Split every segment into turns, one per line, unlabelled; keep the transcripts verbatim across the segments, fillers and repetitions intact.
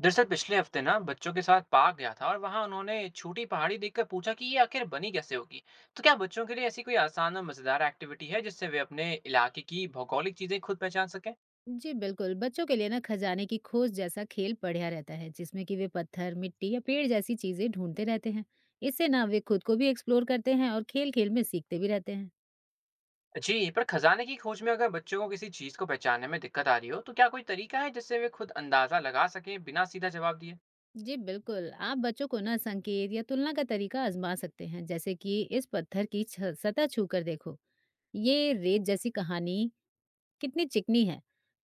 दरअसल पिछले हफ्ते ना बच्चों के साथ पार्क गया था और वहां उन्होंने छोटी पहाड़ी देखकर पूछा कि ये आखिर बनी कैसे होगी। तो क्या बच्चों के लिए ऐसी कोई आसान और मजेदार एक्टिविटी है जिससे वे अपने इलाके की भौगोलिक चीजें खुद पहचान सकें।
जी बिल्कुल, बच्चों के लिए ना खजाने की खोज जैसा खेल बढ़िया रहता है, जिसमें कि वे पत्थर, मिट्टी या पेड़ जैसी चीजें ढूंढते रहते हैं। इससे ना वे खुद को भी एक्सप्लोर करते हैं और खेल-खेल में सीखते भी रहते हैं।
जी, पर खजाने की खोज में अगर बच्चों को किसी चीज को पहचानने में दिक्कत आ रही हो तो क्या कोई तरीका है जिससे वे खुद अंदाजा लगा सकें बिना सीधा जवाब दिए।
जी बिल्कुल, आप बच्चों को ना संकेत या तुलना का तरीका आजमा सकते हैं, जैसे कि इस पत्थर की छ सतह छू कर देखो, ये रेत जैसी कहानी कितनी चिकनी है।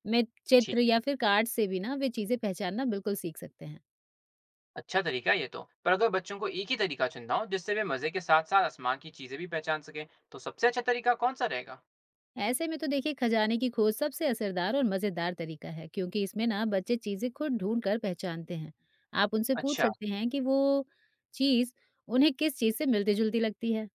मैं चित्र
ठीक
या
है।
फिर कार्ड से भी ना वे चीजें पहचानना बिल्कुल सीख सकते हैं।
अच्छा तरीका है ये तो, पर अगर बच्चों को एक ही तरीका चुनना हो जिससे वे मजे के साथ साथ आसमान की चीजें भी पहचान सकें, तो सबसे अच्छा तरीका कौन सा रहेगा।
ऐसे में तो देखिए खजाने की खोज सबसे असरदार और मजेदार तरीका है क्योंकि इसमें ना बच्चे चीजें खुद ढूंढ कर पहचानते हैं। आप उनसे पूछ
अच्छा।
सकते हैं कि वो चीज उन्हें किस चीज से मिलती जुलती लगती है।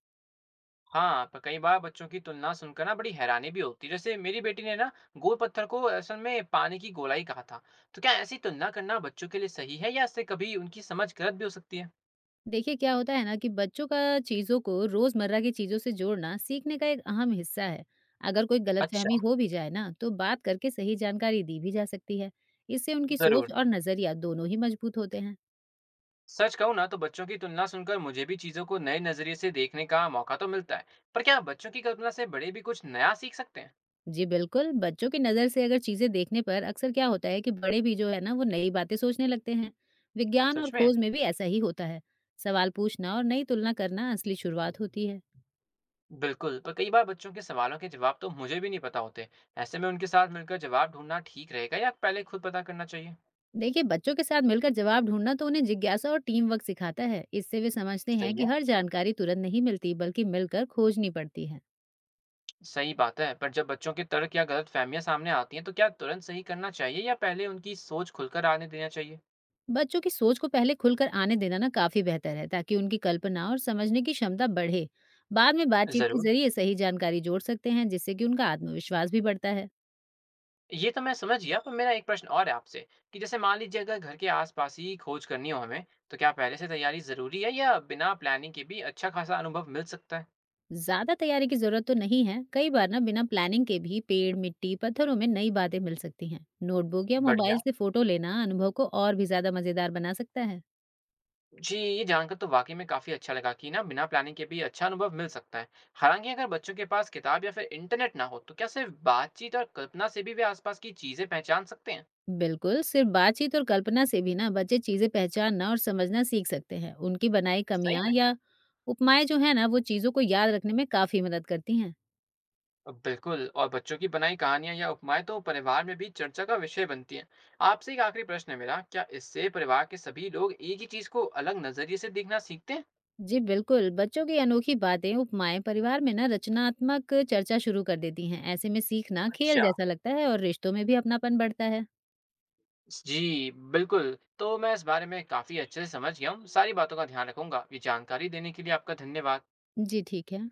हाँ, पर कई बार बच्चों की तुलना सुनकर ना बड़ी हैरानी भी होती है। जैसे मेरी बेटी ने ना गोल पत्थर को असल में पानी की गोलाई कहा था। तो क्या ऐसी तुलना करना बच्चों के लिए सही है या इससे कभी उनकी समझ गलत भी हो सकती है।
देखिए क्या होता है ना कि बच्चों का चीजों को रोजमर्रा की चीजों से जोड़ना सीखने का एक अहम हिस्सा है। अगर कोई
अच्छा।
गलतफहमी हो भी जाए ना तो बात करके सही जानकारी दी भी जा सकती है। इससे उनकी
जरूर।
सोच और नजरिया दोनों ही मजबूत होते हैं।
सच कहूँ ना तो बच्चों की तुलना सुनकर मुझे भी चीजों को नए नजरिए से देखने का मौका तो मिलता है। पर क्या बच्चों की कल्पना से बड़े भी कुछ नया सीख सकते हैं।
जी बिल्कुल, बच्चों की नज़र से अगर चीज़ें देखने पर अक्सर क्या होता है कि बड़े भी जो है ना वो नई बातें सोचने लगते हैं। विज्ञान और
सच में।
खोज में भी ऐसा ही होता है। सवाल पूछना और नई तुलना करना असली शुरुआत होती है।
बिल्कुल, पर कई बार बच्चों के सवालों के जवाब तो मुझे भी नहीं पता होते। ऐसे में उनके साथ मिलकर जवाब ढूंढना ठीक रहेगा या पहले खुद पता करना चाहिए।
देखिए बच्चों के साथ मिलकर जवाब ढूंढना तो उन्हें जिज्ञासा और टीम वर्क सिखाता है। इससे वे समझते हैं
सही है।
कि हर जानकारी तुरंत नहीं मिलती बल्कि मिलकर खोजनी पड़ती है।
सही बात है, पर जब बच्चों के तर्क या गलतफ़हमियाँ सामने आती हैं, तो क्या तुरंत सही करना चाहिए या पहले उनकी सोच खुलकर आने देना चाहिए?
बच्चों की सोच को पहले खुलकर आने देना ना काफ़ी बेहतर है ताकि उनकी कल्पना और समझने की क्षमता बढ़े। बाद में बातचीत के
ज़रूर,
जरिए सही जानकारी जोड़ सकते हैं जिससे कि उनका आत्मविश्वास भी बढ़ता है।
ये तो मैं समझ गया, पर मेरा एक प्रश्न और है आपसे कि जैसे मान लीजिए अगर घर के आसपास ही खोज करनी हो हमें, तो क्या पहले से तैयारी ज़रूरी है या बिना प्लानिंग के भी अच्छा खासा अनुभव मिल सकता है?
ज्यादा तैयारी की जरूरत तो नहीं है। कई बार ना बिना प्लानिंग के भी पेड़ मिट्टी पत्थरों में नई बातें मिल सकती हैं। नोटबुक या मोबाइल
बढ़िया,
से फोटो लेना अनुभव को और भी ज्यादा मजेदार बना सकता है।
जी ये जानकर तो वाक़ई में काफ़ी अच्छा लगा कि ना बिना प्लानिंग के भी अच्छा अनुभव मिल सकता है। हालाँकि अगर बच्चों के पास किताब या फिर इंटरनेट ना हो, तो क्या सिर्फ़ बातचीत और कल्पना से भी वे आसपास की चीज़ें पहचान सकते हैं?
बिल्कुल सिर्फ बातचीत और कल्पना से भी ना बच्चे चीजें पहचानना और समझना सीख सकते हैं। उनकी बनाई
सही
कमियां
में?
या उपमाएं जो है ना वो चीजों को याद रखने में काफी मदद करती हैं।
बिल्कुल, और बच्चों की बनाई कहानियाँ या उपमाएँ तो परिवार में भी चर्चा का विषय बनती हैं। आपसे एक आखिरी प्रश्न है मेरा, क्या इससे परिवार के सभी लोग एक ही चीज़ को अलग नज़रिए से देखना सीखते हैं?
जी बिल्कुल बच्चों की अनोखी बातें उपमाएं परिवार में ना रचनात्मक चर्चा शुरू कर देती हैं। ऐसे में सीखना खेल
अच्छा।
जैसा लगता है और रिश्तों में भी अपनापन बढ़ता है।
जी, बिल्कुल। तो मैं इस बारे में काफ़ी अच्छे से समझ गया हूँ। सारी बातों का ध्यान रखूँगा। ये जानकारी देने के लिए आपका धन्यवाद।
जी ठीक है।